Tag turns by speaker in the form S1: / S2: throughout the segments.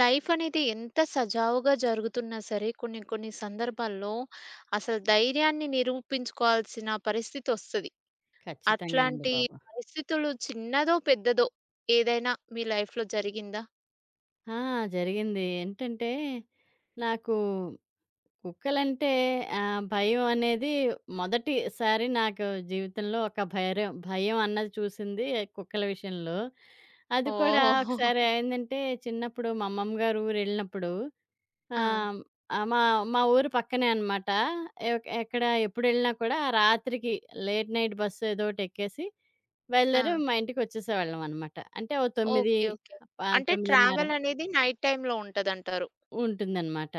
S1: Life అనేది ఎంత సజావుగా జరుగుతున్నా సరే, కొన్ని కొన్ని సందర్భాల్లో అసలు ధైర్యాన్ని నిరూపించుకోవాల్సిన పరిస్థితొస్తది.
S2: ఖచ్చితంగానండి
S1: అట్లాంటి
S2: బాబు.
S1: పరిస్థితులు చిన్నదో, పెద్దదో ఏదైనా మీ లైఫ్‌లో జరిగిందా?
S2: ఆ! జరిగింది. ఏంటంటే, నాకు కుక్కలంటే భయం అనేది మొదటిసారి నాకు జీవితంలో ఒక భయం అన్నది చూసింది కుక్కల విషయంలో. అది కూడా
S1: ఓహ్!
S2: ఒకసారి ఏందంటే, చిన్నప్పుడు మా అమ్మమ్మ గారు ఊరెళ్ళినప్పుడు
S1: ఆ!
S2: ఆహ్, ఆహ్, మా మా ఊరు పక్కనే అనమాట. ఎక్కడ ఎప్పుడెళ్ళినా కూడా రాత్రికి లేట్ నైట్ బస్సు ఏదో ఒకటెక్కేసి
S1: ఆ!
S2: బయలుదేరి మా ఇంటికొచ్చేసేవాళ్ళం అనమాట. అంటే ఓ 9
S1: ఓకే. ఓకే. అంటే
S2: 9:30
S1: ట్రావెల్ అనేది నైట్ టైమ్‌లో ఉంటదంటారు.
S2: ఉంటుందనమాట.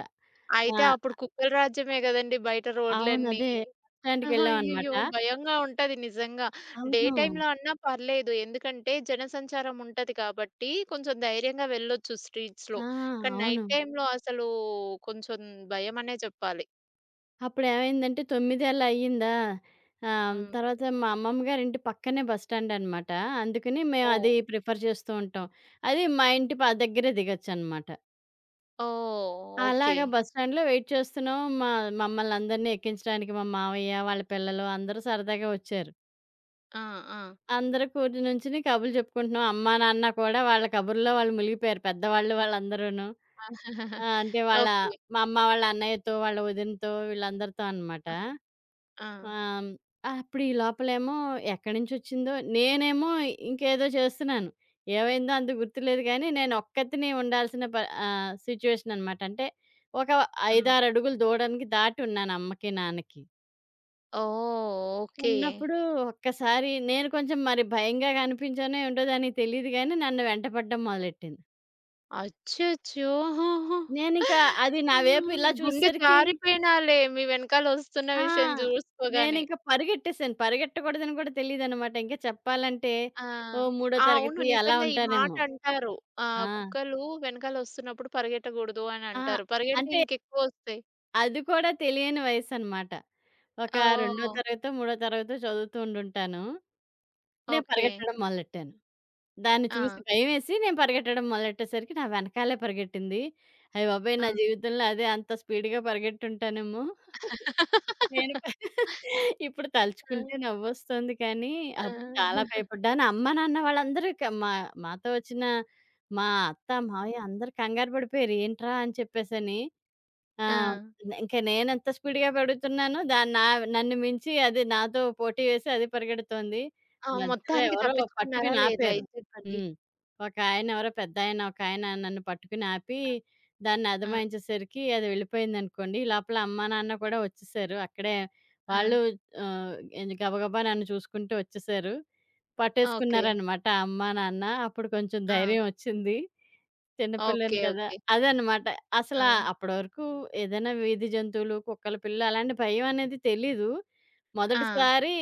S2: ఆ!
S1: అయితే అప్పుడు కుక్కల రాజ్యమే గదండీ బయట
S2: అవును.
S1: రోడ్లన్నీ.
S2: అదే బస్
S1: ఆహా!
S2: స్టాండ్‌కెళ్ళామనమాట.
S1: అయ్యయ్యో! భయంగా ఉంటది నిజంగా. డే
S2: అవును.
S1: టైమ్‌లో అన్నా పర్లేదు. ఎందుకంటే జనసంచారం ఉంటది కాబట్టి కొంచెం ధైర్యంగా వెళ్ళొచ్చు స్ట్రీట్స్‌లో.
S2: ఆ!
S1: కానీ
S2: అవును.
S1: నైట్ టైమ్‌లో అసలు కొంచెం భయమనే చెప్పాలి.
S2: అప్పుడేమైందంటే 9 అలా అయ్యిందా,
S1: హ్మ్.
S2: తర్వాత మా అమ్మమ్మ గారింటి పక్కనే బస్ స్టాండ్ అనమాట. అందుకని మేము
S1: ఓహ్!
S2: అది ప్రిఫర్ చేస్తూ ఉంటాం. అది మా ఇంటి ప దగ్గరే దిగొచ్చనమాట.
S1: ఓహ్! ఓకే.
S2: అలాగా బస్ స్టాండ్‌లో వెయిట్ చేస్తున్నాం. మమ్మల్నందరిని ఎక్కించడానికి మా మావయ్య, వాళ్ళ పిల్లలు అందరూ సరదాగా వచ్చారు.
S1: ఆ! ఆ!
S2: అందరూ కూర్చి నుంచుని కబుర్లు చెప్పుకుంటున్నాం. అమ్మా, నాన్న కూడా వాళ్ళ కబుర్లో వాళ్ళు మునిగిపోయారు. పెద్దవాళ్ళు వాళ్ళందరూను. ఆ! అంటే
S1: ఓకే.
S2: మా అమ్మ వాళ్ళ అన్నయ్యతో, వాళ్ళ వదినతో వీళ్ళందరితో అనమాట.
S1: ఆ! ఆ!
S2: ఆహ్, అప్పుడు ఈ లోపలేమో ఎక్కడి నుంచొచ్చిందో నేనేమో ఇంకేదో చేస్తున్నాను. ఏమైందో అంత గుర్తులేదు గానీ, నేను ఒక్కతిని ఉండాల్సిన సిట్యుయేషన్ అనమాట. అంటే ఒక
S1: ఆ!
S2: 5,
S1: ఓహ్!
S2: 6 అడుగులు దూడనికి దాటి ఉన్నాను అమ్మకి, నాన్నకి.
S1: ఓకే.
S2: ఉన్నప్పుడు ఒక్కసారి నేను కొంచెం మరి భయంగా కనిపించానో ఏంటో దానికి తెలీదు గానీ, నన్ను వెంటపడడం మొదలెట్టింది.
S1: అచ్చచ్చో!
S2: నేనింక అది
S1: ఆ!
S2: నా వైపు ఇలా
S1: గుండె
S2: చూసేసరికి,
S1: జారిపోయినాలే మీ వెనకాల వస్తున్న
S2: ఆ,
S1: విషయం చూసుకోగానే.
S2: నేనింక పరిగెట్టేసాను. పరిగెట్టకూడదని కూడా తెలీదనమాట. ఇంకా చెప్పాలంటే
S1: ఆ!
S2: ఓ మూడో
S1: ఆ! అవును.
S2: తరగతి అలా
S1: నిజంగా ఈ మాట
S2: ఉంటానేమో.
S1: అంటారు.
S2: ఆ!
S1: కుక్కలు వెనకాల వస్తున్నప్పుడు పరిగెట్టకూడదు అని
S2: ఆ!
S1: అంటారు. పరిగెడితే
S2: అంటే
S1: ఇంకెక్కువొస్తాయి.
S2: అది కూడా తెలియని వయసనమాట. ఒక రెండో
S1: ఓహ్!
S2: తరగతో, మూడో తరగతో చదువుతూ ఉండుంటాను. నేను
S1: ఓకే.
S2: పరిగెట్టడం మొదలెట్టాను. దాన్ని చూసి
S1: ఆ!
S2: భయమేసి నేను పరిగెట్టడం మొదలెట్టేసరికి నా వెనకాలే పరిగెట్టింది. అయ్య బాబోయ్!
S1: ఆ!
S2: నా జీవితంలో అదే అంత స్పీడ్‌గా పరిగెట్టుంటానేమో. నేను ఇప్పుడు
S1: ఆ!
S2: తలుచుకుంటే నవ్వొస్తుంది కానీ,
S1: ఆ!
S2: అప్పుడు చాలా భయపడ్డాను. అమ్మ, నాన్న వాళ్ళందరూ క మా మాతో వచ్చిన మా అత్త, మావయ్య అందరూ కంగారు పడిపోయారు. ఏంట్రా అని చెప్పేసని. ఆ!
S1: ఆ!
S2: ఇంక నేనెంత స్పీడ్‌గా పెడుతున్నానో దాన్ని నా నన్ను మించి అది నాతో పోటీ వేసి అది పరిగెడుతోంది.
S1: ఆ!
S2: మధ్యలో
S1: మొత్తానికి
S2: ఎవరో
S1: తప్పించుకున్నారా
S2: పట్టుకుని
S1: లేదా?
S2: ఆపారు.
S1: ఇది చెప్పండి.
S2: హ్మ్. ఒకాయన ఎవరో పెద్దాయన ఒకాయన నన్ను పట్టుకుని ఆపి, దాన్ని
S1: ఆ!
S2: అదమాయించేసరికి అది వెళ్ళిపోయిందనుకోండి. ఈ లోపల అమ్మా, నాన్న కూడా వచ్చేసారు. అక్కడే
S1: ఆ!
S2: వాళ్ళు ఆహ్, ఏంది గబగబా నన్ను చూసుకుంటూ వచ్చేసారు.
S1: ఓకే.
S2: పట్టేసుకున్నారనమాట అమ్మా, నాన్న. అప్పుడు కొంచెం
S1: ఆ!
S2: ధైర్యం వచ్చింది. చిన్న పిల్లని
S1: ఓకే.
S2: కదా!
S1: ఓకే.
S2: అదనమాట.
S1: ఆ!
S2: అసలా అప్పడి వరకు ఏదైనా వీధి జంతువులు, కుక్కల పిల్లులు అలాంటి భయం అనేది తెలీదు.
S1: ఆ!
S2: మొదటిసారి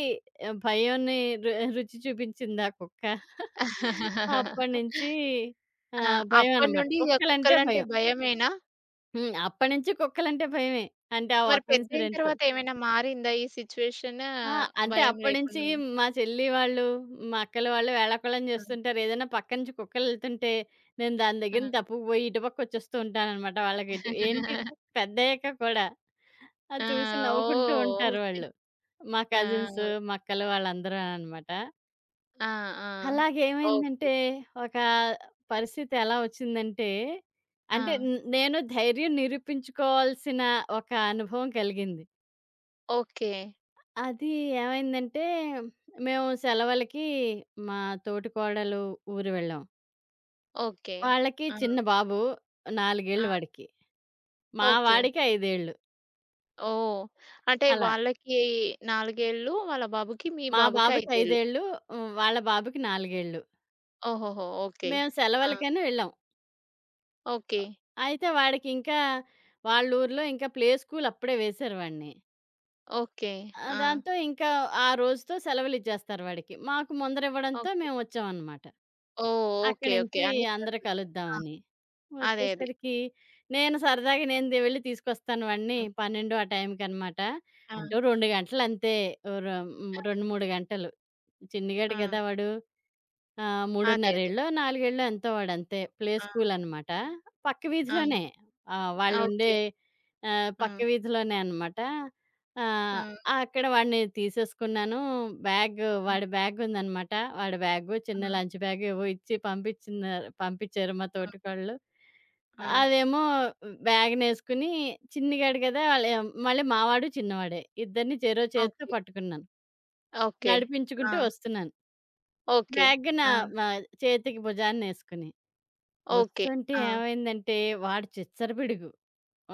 S2: భయాన్ని రు రుచి చూపించింది ఆ కుక్క. అప్పటినుంచి
S1: ఆ!
S2: భయం అనమాట.
S1: అప్పటినుండి ఇగ
S2: కుక్కలంటే
S1: కుక్కలంటే
S2: భయం.
S1: భయమేనా?
S2: హ్మ్. అప్పటినుంచి కుక్కలంటే భయమే. అంటే ఆ
S1: మరి
S2: ఒక్క
S1: పెద్దయిన
S2: ఇన్సిడెంట్‌తో.
S1: తర్వాత ఏమైనా మారిందా ఈ సిట్యుయేషన్?
S2: ఆ! అంటే
S1: భయం
S2: అప్పడినుంచి
S1: లేకుండా ఉన్
S2: మా చెల్లి వాళ్ళు, మా అక్కల వాళ్ళు వేళాకోళం
S1: ఆ!
S2: చేస్తుంటారు. ఏదైనా పక్క నుంచి కుక్కలెళ్తుంటే, నేను దాని
S1: ఆ!
S2: దగ్గర నుంచి తప్పుకుపోయి ఇటు పక్కొచ్చేస్తూ ఉంటాననమాట. వాళ్ళకి ఎటు ఏంటి పెద్దయ్యాక కూడా. అది
S1: ఆ!
S2: చూసి నవ్వుకుంటూ
S1: ఓహ్!
S2: ఉంటారు
S1: ఓకే.
S2: వాళ్ళు. మా
S1: ఆ!
S2: కజిన్స్, మా అక్కలు వాళ్ళందరూ అనమాట.
S1: ఆ! ఆ! ఓకే.
S2: అలాగేమైందంటే, ఒక పరిస్థితి ఎలా వచ్చిందంటే,
S1: ఆ!
S2: అంటే నేను ధైర్యం నిరూపించుకోవాల్సిన ఒక అనుభవం కలిగింది.
S1: ఓకే.
S2: అది ఏమైందంటే, మేము సెలవులకి మా తోటి కోడలు ఊరు వెళ్ళాం.
S1: ఓకే.
S2: వాళ్ళకి
S1: ఆ!
S2: చిన్న బాబు,
S1: ఆ!
S2: నాలుగేళ్ళు వాడికి. మా
S1: ఓకే.
S2: వాడికి 5 ఏళ్ళు
S1: ఓహ్! అంటే
S2: అలా.
S1: వాళ్ళకి 4 ఏళ్ళు, వాళ్ళ బాబుకి, మీ
S2: మా
S1: బాబుకి
S2: బాబుకి
S1: 5
S2: 5
S1: ఏళ్ళు.
S2: ఏళ్ళు, హ్మ్, వాళ్ళ బాబుకి 4 ఏళ్ళు.
S1: ఓహోహో! ఓకే.
S2: మేము
S1: ఆ!
S2: సెలవులకని వెళ్ళాం.
S1: ఓకే.
S2: అయితే వాడికి ఇంకా వాళ్ళ ఊర్లో ఇంకా ప్లే స్కూల్ అప్పుడే వేశారు వాడిని.
S1: ఓకే. ఆ!
S2: దాంతో ఇంకా ఆ రోజుతో సెలవులిచ్చేస్తారు వాడికి. మాకు ముందర ఇవ్వడంతో
S1: ఓకే.
S2: మేమొచ్చామనమాట.
S1: ఓహ్!
S2: అక్కడి
S1: ఓకే. ఓకే.
S2: నుంచి
S1: అన్ని
S2: అందరూ
S1: కలిసొచ్చాయి. ఆ!
S2: కలుద్దామని.
S1: అదే. అదే.
S2: వచ్చేసరికి నేను వెళ్ళి తీసుకొస్తాను వాడిని
S1: హ్మ్.
S2: 12 ఆ టైంకనమాట.
S1: ఆ!
S2: అంటే ఓ 2 గంటలంతే. ఓ ర హ్మ్.
S1: ఆ!
S2: 2, 3 గంటలు. చిన్నగాడు
S1: ఆ!
S2: కదా వాడు. ఆ!
S1: అదే.
S2: 3:30
S1: అదే.
S2: ఏళ్ళో, నాలుగేళ్ళో ఎంతో వాడంతే. ప్లే
S1: ఆ!
S2: స్కూలనమాట. పక్క
S1: ఆ!
S2: వీధిలోనే. ఆహ్,
S1: ఆ!
S2: వాళ్ళుండే
S1: ఓకే. ఆ!
S2: పక్క వీధిలోనే అనమాట.
S1: ఆ!
S2: ఆహ్, అక్కడ వాడిని తీసేసుకున్నాను. బ్యాగ్
S1: హ్మ్.
S2: వాడి బ్యాగుందనమాట. వాడి బ్యాగు, చిన్న
S1: హ్మ్.
S2: లంచ్ బ్యాగ్ ఏవో ఇచ్చి పంపిచ్చారు మా
S1: హ్మ్.
S2: తోటికోడలు.
S1: హ్మ్.
S2: అదేమో బ్యాగునేసుకుని చిన్నిగాడు కదా! మళ్ళీ మావాడు, చిన్నవాడే. ఇద్దరిని చెరో చేత్తో
S1: ఓకే.
S2: పట్టుకున్నాను.
S1: ఓకే. ఆ!
S2: నడిపించుకుంటూ వస్తున్నాను.
S1: ఓకే.
S2: బ్యాగ్‌నా
S1: ఆ!
S2: మా చేతికి భుజాన్నేసుకుని.
S1: ఓకే.
S2: వస్తుంటే
S1: ఆ!
S2: ఏమైందంటే, వాడు చిచ్చరపిడుగు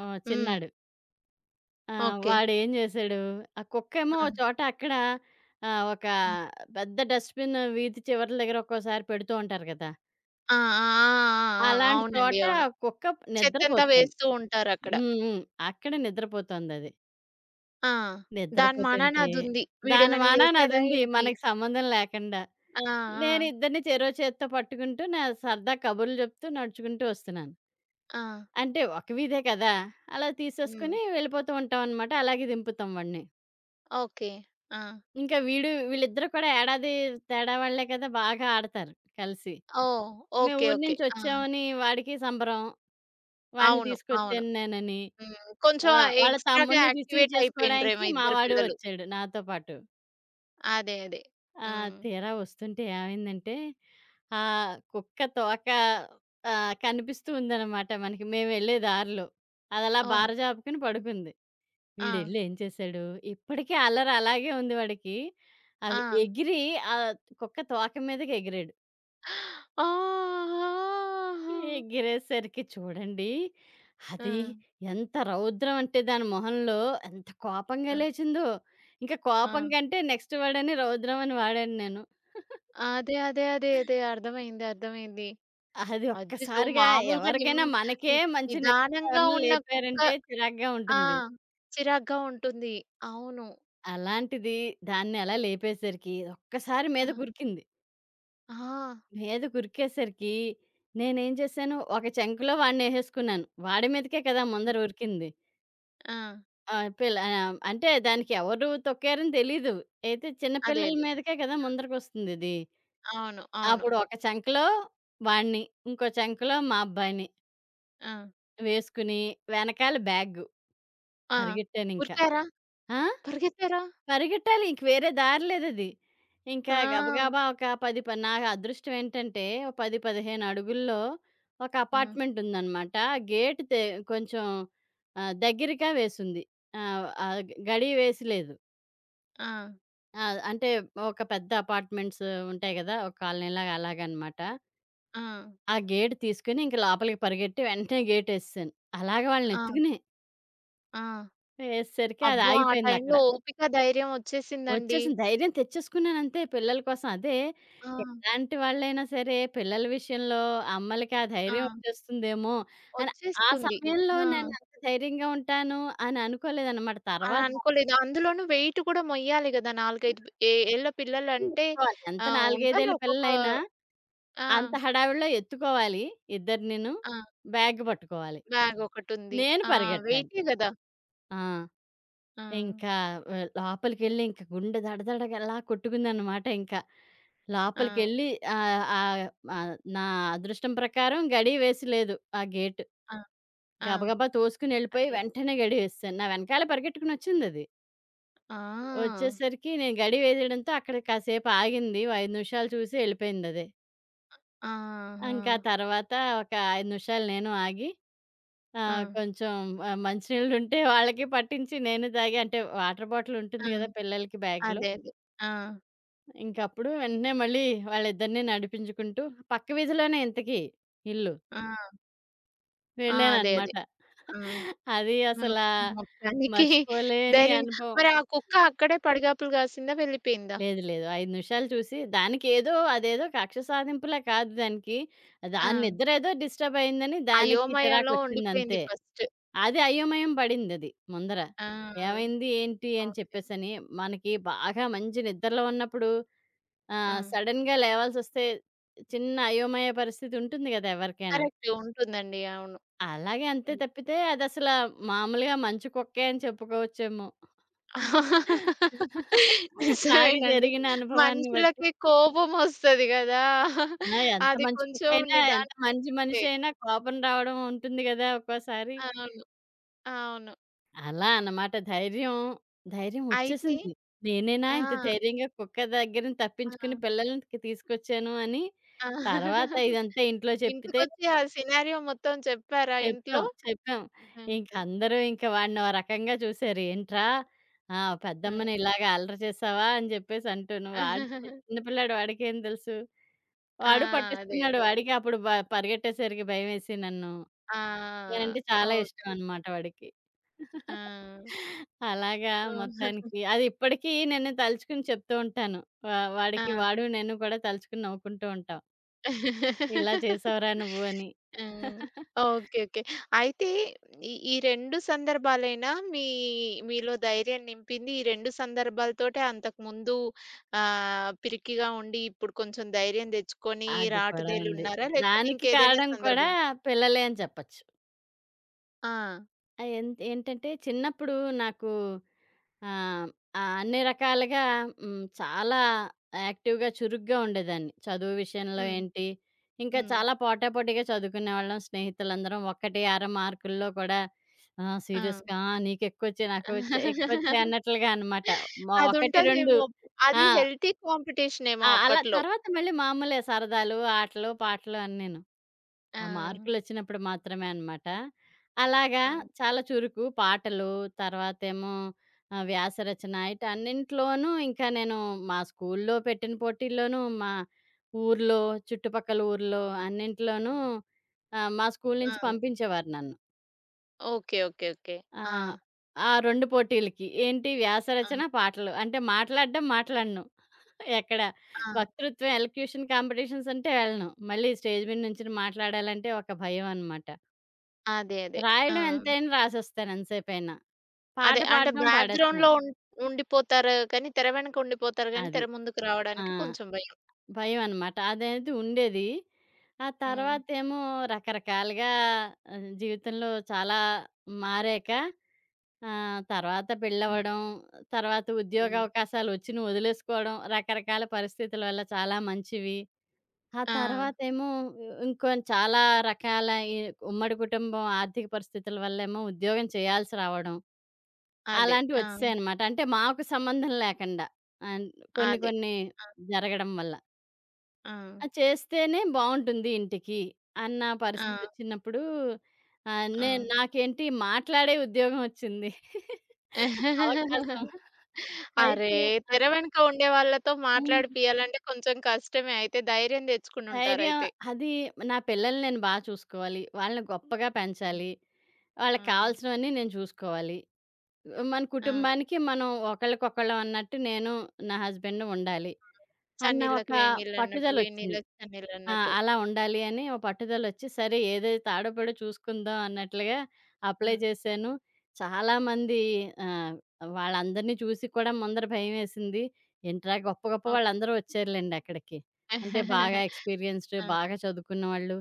S1: హ్మ్.
S2: చిన్నాడు.
S1: ఓకే.
S2: వాడేం చేశాడు, ఆ కుక్కేమో
S1: ఆ!
S2: ఓ చోట అక్కడ ఒక
S1: హ్మ్.
S2: పెద్ద డస్ట్‌బిన్ వీధి చివరల దగ్గర ఒక్కోసారి పెడుతూ ఉంటారు కదా!
S1: ఆ! ఆ! ఆ! ఆ! ఆ!
S2: అలాంటి
S1: అవునండి.
S2: చోట
S1: అవును.
S2: కుక్క
S1: చెత్తంతా
S2: నిద్రపోతుంది.
S1: వేస్తూ ఉంటారక్కడ.
S2: హ్మ్. అక్కడ నిద్రపోతుందది.
S1: ఆ! దాని మనాన
S2: నిద్రపోతుంటే
S1: అదుంది.
S2: దాని
S1: వీడేమైనా
S2: వానాన
S1: చేసాడా
S2: అదుంది
S1: ఏంటి?
S2: మనకి సంబంధం లేకుండా.
S1: ఆ!
S2: నేను
S1: ఆ!
S2: ఇద్దరిని చెరో చేత్తో పట్టుకుంటూ, నా సరదా కబుర్లు చెప్తూ నడుచుకుంటూ వస్తున్నాను.
S1: ఆ!
S2: అంటే ఒక వీధే కదా! అలా
S1: హ్మ్.
S2: తీసేసుకొని వెళ్ళిపోతూ ఉంటామనమాట. అలాగే దింపుతాం వాడిని.
S1: ఓకే. ఆ!
S2: ఇంకా వీళ్ళిద్దరూ కూడా ఏడాది తేడా వాళ్ళే కదా! బాగా ఆడతారు కలిసి.
S1: ఓహ్!
S2: మేము
S1: ఓకే.
S2: ఊరు
S1: ఓకే.
S2: నుంచి
S1: ఆ!
S2: వచ్చామని వాడికి సంబరం. వాడిని
S1: అవును. అవును.
S2: తీసుకొచ్చాను నేనని.
S1: హ్మ్. కొంచెం
S2: ఆ! వాళ్ళ
S1: ఎక్స్‌ట్రా‌గా
S2: తమ్ముడిని రిసీవ్
S1: యాక్టివేట్
S2: చేసుకోవడానికి
S1: అయిపోయిండ్రేమో
S2: మా
S1: ఇద్దరు
S2: వాడు
S1: పిల్లలు.
S2: వచ్చాడు నాతో పాటు.
S1: అదే. అదే.
S2: ఆ!
S1: హ్మ్.
S2: తీరా వస్తుంటే ఏమైందంటే కుక్క తోక కనిపిస్తూ ఉందనమాట మనకి మేము వెళ్ళే దారిలో. అదలా
S1: ఓహో!
S2: బారజాపుకుని పడుకుంది.
S1: ఆ!
S2: వీడెళ్ళి ఏం చేశాడు, ఇప్పటికీ అల్లరి అలాగే ఉంది వాడికి.
S1: ఆ!
S2: అవి ఎగిరి ఆహ్, కుక్క తోక మీదకి ఎగిరాడు.
S1: ఆహా!
S2: ఎగిరేసరికి చూడండి,
S1: ఆ!
S2: అది ఎంత రౌద్రం అంటే దాని మొహంలో ఎంత కోపంగా
S1: ఆ!
S2: లేచిందో. ఇంకా
S1: ఆ!
S2: కోపం కంటే నెక్స్ట్ వర్డని రౌద్రం అని వాడాను నేను.
S1: అదే. అదే. అదే. అదే. అర్థమైంది. అర్థమైంది.
S2: అది
S1: అచ్చచ్చో!
S2: ఒక్కసారిగా,
S1: మామూలుగా నిమ్
S2: ఎవరికైనా మనకే
S1: ని
S2: మంచి నిద్రలో
S1: నిదానంగా
S2: ఎవరైనా
S1: ఉన్న కుక్క
S2: లేపారంటే చిరాకుగా
S1: ఆ!
S2: ఉంటుంది.
S1: చిరాగ్గా ఉంటుంది. అవును.
S2: అలాంటిది దాన్నెలా లేపేసరికి ఒక్కసారి
S1: ఆ!
S2: మీద కురికింది.
S1: ఆ!
S2: మీద ఉరికేసరికి నేనేం చేశాను, ఒక చంకలో వాడినేసేసుకున్నాను. వాడి మీదకే కదా ముందర ఉరికింది.
S1: ఆ!
S2: అంటే దానికి ఎవరు తొక్కారని తెలీదు. అయితే చిన్న
S1: అదే.
S2: పిల్లల
S1: అదే.
S2: మీదకే కదా ముందరకొస్తుందిది.
S1: అవును. అవును.
S2: అప్పుడు ఒక చంకలో వాడిని, ఇంకో చంకలో మా అబ్బాయిని
S1: ఆ!
S2: వేసుకుని, వెనకాల బ్యాగు,
S1: ఆ!
S2: పరిగెట్టానింకా.
S1: ఉరికారా?
S2: ఆ!
S1: పరిగెత్తారా?
S2: పరిగెట్టాలి. ఇంక వేరే దారి లేదది. ఇంకా
S1: ఆ!
S2: గబగబా ఒక 10 ప నా అదృష్టం ఏంటంటే, ఓ 10, 15 అడుగుల్లో ఒక
S1: హ్మ్.
S2: అపార్ట్‌మెంట్ ఉందనమాట. గేట్ తె కొంచెం దగ్గరగా వేసుంది. ఆహ్, ఆహ్, గడి వేసి లేదు.
S1: ఆ!
S2: ఆ! అంటే ఒక పెద్ద అపార్ట్‌మెంట్స్ ఉంటాయి గదా! ఒక కాలనీలాగా అలాగనమాట.
S1: ఆ!
S2: ఆ గేట్ తీసుకొని ఇంక లోపలికి పరిగెట్టి వెంటనే గేటేసేసాను. అలాగ
S1: ఆ!
S2: వాళ్ళనెత్తుకుని,
S1: ఆ!
S2: ఎసేసరికి అది
S1: అబ్బో! ఆ
S2: ఆగిపోయిందక్కడ.
S1: టైంలో ఓపిక, ధైర్యం ఒచ్చేసిందండి.
S2: వచ్చేసింది. ధైర్యం తెచ్చేసుకున్నానంతే పిల్లల కోసం. అదే
S1: ఆ!
S2: ఎలాంటి వాళ్ళైనా సరే పిల్లల విషయంలో అమ్మలకి ఆ
S1: ఆ!
S2: ధైర్యం వచ్చేస్తుందేమో అని ఆ
S1: ఒచ్చేస్తుంది.
S2: సమయంలో
S1: ఆ!
S2: నేను అంత ధైర్యంగా ఉంటాను అని అనుకోలేదనమాట.
S1: అని
S2: తర్వాత
S1: అనుకోలేదు. అందులోనూ వెయిట్ కూడా మొయ్యాలి గదా! 4, 5 ఏళ్ళ
S2: అందరిని
S1: పిల్లలంటే
S2: ఎత్తుకోవాలి. ఎంత 4, 5
S1: ఉంటారు
S2: ఏళ్ల
S1: ఒక్కొక్క
S2: పిల్లలైనా
S1: ఆ!
S2: అంత హడావిడిలో ఎత్తుకోవాలి ఇద్దరినీను.
S1: ఆ!
S2: బ్యాగ్ పట్టుకోవాలి.
S1: బ్యాగ్ ఒకటుంది.
S2: నేను
S1: ఆ! హ్మ్.
S2: పరిగెట్టాలి.
S1: వెయిటే గదా!
S2: ఆ!
S1: ఆ!
S2: ఇంకా లోపలికెళ్ళి ఇంక గుండె దడదడగలా కొట్టుకుందనమాట ఇంకా.
S1: ఆ!
S2: లోపలికెళ్ళి ఆహ్, ఆహ్, ఆహ్, నా అదృష్టం ప్రకారం గడి వేసి లేదు ఆ గేటు.
S1: ఆ! ఆ!
S2: గబగబా తోసుకుని ఎళ్ళిపోయి
S1: అదే.
S2: వెంటనే గడియేసేసాను. నా వెనకాల పరిగెట్టుకునొచ్చిందది.
S1: ఆ!
S2: వచ్చేసరికి నేను గడి వేసేయడంతో అక్కడ కాసేపు ఆగింది. ఓ 5 నిమిషాలు చూసి ఎళ్ళిపోయిందది.
S1: ఆహా!
S2: ఇంకా తర్వాత ఒక 5 నిమిషాలు నేను ఆగి
S1: ఆ!
S2: కొంచెం మంచినీళ్ళుంటే వాళ్ళకి పట్టించి నేను తాగి అంటే వాటర్ బాటిల్ ఉంటుంది గదా!
S1: ఆ!
S2: పిల్లలకి బ్యాగ్‌లో.
S1: అదే. అదే. ఆ!
S2: ఇంకప్పుడు వెంటనే మళ్ళీ వాళ్ళిద్దరిని నడిపించుకుంటూ పక్క వీధిలోనే ఇంతకీ ఇల్లు.
S1: ఆ! ఆ! అదే. అదే.
S2: వెళ్ళాననమాట.
S1: ఆ!
S2: అది
S1: ఆ!
S2: అసలా
S1: మొత్తానికి
S2: మర్చిపోలేని
S1: ధైర్యంగా
S2: అనుభవం.
S1: మరి ఆ కుక్క అక్కడే పడిగాపులు కాసిందా? వెళ్ళిపోయిందా?
S2: లేదు. లేదు. 5 నిమిషాలు చూసి దానికేదో అదేదో కక్ష సాధింపులా కాదు దానికి.
S1: ఆ!
S2: దాని నిద్రేదో డిస్టర్బ్ అయిందని దానికి
S1: అయోమయంలో ఉండిపోయింది
S2: చిరాకొచ్చిందంతే.
S1: ఫస్ట్.
S2: అది అయోమయం పడిందది ముందర.
S1: ఆ!
S2: ఏమైంది? ఏంటి? అని
S1: ఓకే.
S2: చెప్పేసని మనకి బాగా మంచి నిద్రలో ఉన్నప్పుడు ఆ!
S1: ఆ!
S2: సడెన్‌గా లేవాల్సొస్తే చిన్న అయోమయ పరిస్థితి ఉంటుంది గదా! ఎవరికైనా.
S1: కరెక్ట్. ఉంటుందండి. అవును.
S2: అలాగే అంతే
S1: హ్మ్.
S2: తప్పితే మామూలుగా మంచు కుక్కే అని చెప్పుకోవచ్చేమో. నాకు
S1: నిజమేనండి.
S2: జరిగిన అనుభవాన్ని బట్టి.
S1: మనుషులకి కోపమొస్తది గదా!
S2: ఆ! ఎంత
S1: అది
S2: మంచి
S1: కొంచెం
S2: కుక్కయినా, ఎంత
S1: నిదానిస్తే.
S2: మంచి మనిషయినా కోపం రావడం ఉంటుంది గదా! ఒక్కోసారి.
S1: అవును. అవును.
S2: అలా అన్నమాట ధైర్యం
S1: అయితే
S2: ఒచ్చేసింది. నేనేనా
S1: ఆ!
S2: ఇంత ధైర్యంగా కుక్క దగ్గర నుంచి
S1: ఆ!
S2: తప్పించుకుని పిల్లల్ని తి తీసుకొచ్చాను అని.
S1: ఆ!
S2: తర్వాత ఇదంతా ఇంట్లో చెప్పితే
S1: ఇంటికొచ్చి ఆ సినారియో మొత్తం చెప్పారా ఇంట్లో?
S2: చెప్పాం.
S1: ఆ!
S2: ఇంక వాడిని ఓ రకంగా చూసారు. ఏంట్రా, ఆ,
S1: ఆ!
S2: పెద్దమ్మని ఇలాగ అల్లరి చేసావా? అని చెప్పేసి అంటూను. వాడు
S1: ఆ!
S2: చిన్న పిల్లాడు వాడికేం తెలుసు. వాడు
S1: అదే.
S2: పట్టేసుకున్నాడు.
S1: అదే.
S2: వాడికి అప్పుడు బ పరిగెట్టేసరికి భయమేసి నన్ను.
S1: ఆ!
S2: నేనంటే చాలా ఇష్టం
S1: ఓకే.
S2: అనమాట వాడికి.
S1: ఆ!
S2: అలాగా
S1: ఆహా!
S2: మొత్తానికి అది ఇప్పటికీ నేను తలుచుకుని చెప్తూ ఉంటాను. వాడికి
S1: ఆ!
S2: వాడు, నేను కూడా తలుచుకుని నవ్వుకుంటూ ఉంటాం. ఇలా చేసావురా నువ్వు అని.
S1: ఆ! ఓకే. ఓకే. అయితే ఈ ఈ 2 సందర్భాలైనా మీలో ధైర్యం నింపింది. ఈ 2 సందర్భాలతోటే అంతకుముందు పిరికిగా ఉండి ఇప్పుడు కొంచెం ధైర్యం తెచ్చుకొని
S2: అది కూడా ఉంది.
S1: రాటుదేలున్నారా? లేకపోతే
S2: దానికి
S1: ఇంకేదైనా
S2: కారణం కూడా
S1: సందర్భం?
S2: పిల్లలే అని చెప్పచ్చు.
S1: ఆ!
S2: ఆహ్, ఎంత్ ఏంటంటే చిన్నప్పుడు నాకు ఆహ్, ఆహ్, అన్ని రకాలుగా చాలా యాక్టివ్‌గా, చురుగ్గా ఉండేదాన్ని. చదువు విషయంలో
S1: హ్మ్.
S2: ఏంటి, ఇంకా
S1: హ్మ్.
S2: చాలా పోటాపోటీగా చదువుకునేవాళ్ళం స్నేహితులందరం. ఒకటి, అర మార్కుల్లో కూడా
S1: ఆ!
S2: సీరియస్‌గా, ఆ, నీకెక్కువొచ్చాయి, ఎక్కువొచ్చాయి అన్నట్లుగా అనమాట. మా 1, 2.
S1: అదుంటదేమో. అది
S2: ఆ!
S1: హెల్తీ
S2: ఆ!
S1: కాంపిటీషనేమో
S2: అలా
S1: అప్పట్లో.
S2: తర్వాత మళ్ళీ మామూలే సరదాలు, ఆటలు, పాటలు అన్నీను.
S1: ఆ!
S2: ఆ మార్పులొచ్చినప్పుడు మాత్రమే అనమాట. అలాగా
S1: ఆ!
S2: చాలా చురుకు. తర్వాతేమో వ్యాసరచన ఇటన్నింట్లోనూ ఇంకా నేను మా స్కూల్లో పెట్టిన పోటీల్లోనూ, మా ఊర్లో, చుట్టుపక్కల ఊర్లో అన్నింట్లోనూ మా స్కూలు
S1: ఆ!
S2: నుంచి పంపించేవారు నన్ను.
S1: ఓకే. ఓకే. ఓకే. ఆ!
S2: ఆహ్, ఆ 2 పోటీలకి. ఏంటి
S1: ఆ!
S2: వ్యాసరచన, పాటలు. అంటే మాట్లాడను. ఎక్కడ
S1: ఆ!
S2: వక్తృత్వం, ఎలక్యూషన్ కాంపిటీషన్స్ అంటే వెళ్ళను. మళ్ళీ స్టేజ్ మీద నుంచొని మాట్లాడాలంటే ఒక భయం అనమాట.
S1: అదే. అదే. ఆ!
S2: రాయడం
S1: హ్మ్.
S2: ఎంతైనా రాసేస్తాను ఎంతసేపైనా. పాట
S1: అదే. అంటే
S2: పాడడం పాడేస్తాను.
S1: బ్యాక్‌గ్రౌండ్‌లో ఉం ఉండిపోతారు కానీ, తెర వెనక ఉండిపోతారు కానీ,
S2: అది.
S1: తెర ముందుకు
S2: ఆ!
S1: రావడానికి కొంచెం భయం.
S2: భయమనమాట. అదనేది ఉండేది. ఆ
S1: హ్మ్.
S2: తర్వాతేమో రకరకాలుగా జీవితంలో చాలా మారాక తర్వాత
S1: హ్మ్.
S2: పెళ్ళవ్వడం, తర్వాత ఉద్యోగ
S1: హ్మ్.
S2: అవకాశాలు వచ్చిన వదిలేసుకోవడం, రకరకాల పరిస్థితుల వల్ల చాలా మంచివి. ఆ
S1: ఆ!
S2: తర్వాతేమో చాలా రకాల ఈ ఉమ్మడి కుటుంబం ఆర్థిక పరిస్థితుల వల్లేమో ఉద్యోగం చేయాల్సి రావడం.
S1: అదే. ఆ!
S2: అలాంటివొచ్చేసాయనమాట. అంటే మాకు సంబంధం లేకండా. అన్ కొన్ని
S1: అదే.
S2: కొన్ని
S1: ఆ!
S2: జరగడం వల్ల.
S1: ఆ!
S2: ఆ! చేస్తేనే బావుంటుంది ఇంటికి అన్న
S1: ఆ!
S2: పరిస్థితొచ్చినప్పుడు ఆహ్, నేను
S1: హ్మ్.
S2: నాకేంటి మాట్లాడే ఉద్యోగమొచ్చింది.
S1: ఆ!
S2: అవకాశం.
S1: అరే!
S2: అయితే అద్
S1: తెర వెనుక ఉండే వాళ్ళతో
S2: హ్మ్.
S1: మాట్లాడిపియాలంటే కొంచెం కష్టమే. అయితే ధైర్యం
S2: ధైర్యం
S1: తెచ్చుకునుంటారయితే.
S2: అది నా పిల్లల్ని నేను చూసుకోవాలి. వాళ్ళని గొప్పగా
S1: హ్మ్.
S2: పెంచాలి. వాళ్ళకి
S1: హ్మ్.
S2: కావాల్సినవన్నీ నేను చూసుకోవాలి. మన
S1: ఆ!
S2: కుటుంబానికి మనం ఒకళ్ళకొకళ్ళం అన్నట్టు నేను, నా హస్బెండ్ ఉండాలి. అన్న ఒక
S1: చన్నీళ్ళకి వేడి నీళ్ళన్నట్టు, వేడి
S2: పట్టుదలొచ్చింది.
S1: నీళ్ళకి
S2: ఆ!
S1: చన్నీళ్ళన్నట్టు.
S2: అలా ఉండాలి అని ఓ పట్టుదలొచ్చి, సరే ఏదైతే ఆడపడో చూసుకుందాం అన్నట్లుగా
S1: ఆ!
S2: అప్లై చేశాను. చాలామంది ఆహ్, వాళ్ళందరిని చూసి కూడా ముందర భయమేసింది. ఏంట్రా గొప్ప గొప్ప
S1: ఓకే.
S2: వాళ్ళందరూ వచ్చారులెండి అక్కడికి. అంటే బాగా ఎక్స్‌పీరియన్స్‌డ్,
S1: ఆ!
S2: బాగా చదువుకున్నవాళ్ళు.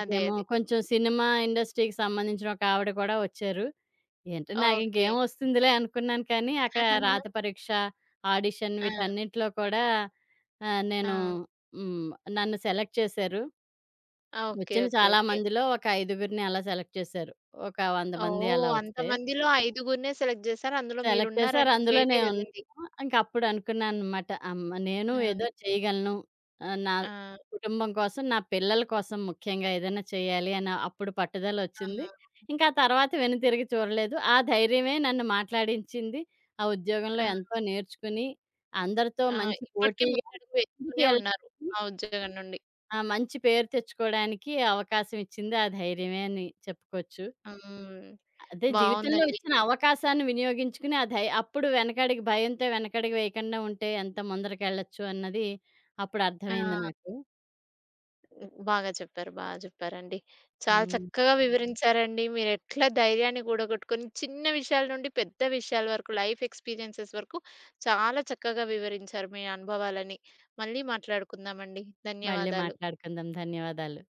S1: అదే. అదే.
S2: కొంచెం సినిమా ఇండస్ట్రీకి సంబంధించిన ఒక ఆవిడ కూడా వచ్చారు. ఏంటో
S1: ఓకే.
S2: నాకింకేం వస్తుందిలే అనుకున్నాను కానీ, అక్కడ రాత పరీక్ష, ఆడిషన్
S1: ఆ!
S2: వీటన్నిటిలో కూడా ఆహ్, నేను
S1: ఆ!
S2: హ్మ్. నన్ను సెలెక్ట్ చేశారు.
S1: ఓకే.
S2: వచ్చిన
S1: ఓకే.
S2: చాలా
S1: ఓకే.
S2: మందిలో ఒక ఐదుగురిని అలా సెలెక్ట్ చేశారు. ఒక 100 మంది అలా
S1: ఓహ్!
S2: వస్తే.
S1: అంతమందిలో ఐదుగురినే సెలెక్ట్ చేశారు. అందులో
S2: సెలెక్ట్ చేసారు.
S1: మీరున్నారంటే గ్రేటే
S2: అందులోనే ఉన్నాను.
S1: గదండీ.
S2: ఇంకప్పుడు అనుకున్నాననమాట. అమ్మ! నేను
S1: ఆ!
S2: ఏదో చేయగలను. నా
S1: ఆ!
S2: కుటుంబం కోసం, నా పిల్లల కోసం ముఖ్యంగా ఏదైనా చేయాలి అని అప్పుడు పట్టుదలొచ్చింది.
S1: ఆ!
S2: ఇంకా ఆ తర్వాత వెనుతిరిగి చూడలేదు. ఆ ధైర్యమే నన్ను మాట్లాడించింది. ఆ ఉద్యోగంలో
S1: ఆ!
S2: ఎంతో నేర్చుకుని, అందరితో
S1: ఆ!
S2: మంచి
S1: ఇప్పటికి
S2: పోటీగా
S1: ముందడుగు వేస్తూనే
S2: ముందుకెళ్ళడానికి
S1: ఉన్నారు ఆ ఉద్యోగం నుండి.
S2: ఆ! మంచి పేరు తెచ్చుకోవడానికి అవకాశం ఇచ్చింది ఆ ధైర్యమే అని చెప్పుకోవచ్చు.
S1: హ్మ్.
S2: అదే జీవితంలో
S1: బావుందండి.
S2: ఇచ్చిన అవకాశాన్ని వినియోగించుకుని, ఆ ధై అప్పుడు భయంతో వెనకడుగు వేయకుండా ఉంటే ఎంత ముందరకెళ్ళొచ్చు అన్నది అప్పుడు అర్థమైంది
S1: ఆ!
S2: నాకు.
S1: బాగా చెప్పారు. బాగా చెప్పారండి. చాలా
S2: హ్మ్.
S1: చక్కగా వివరించారండి. మీరెట్లా ధైర్యాన్ని కూడగట్టుకొని చిన్న విషయాల నుండి పెద్ద విషయాల వరకు లైఫ్ ఎక్స్‌పీరియన్సెస్ వరకు చాలా చక్కగా వివరించారు మీ అనుభవాలని. మళ్ళీ మాట్లాడుకుందామండి.
S2: మళ్ళీ
S1: ధన్యవాదాలు.
S2: మాట్లాడుకుందాం. ధన్యవాదాలు.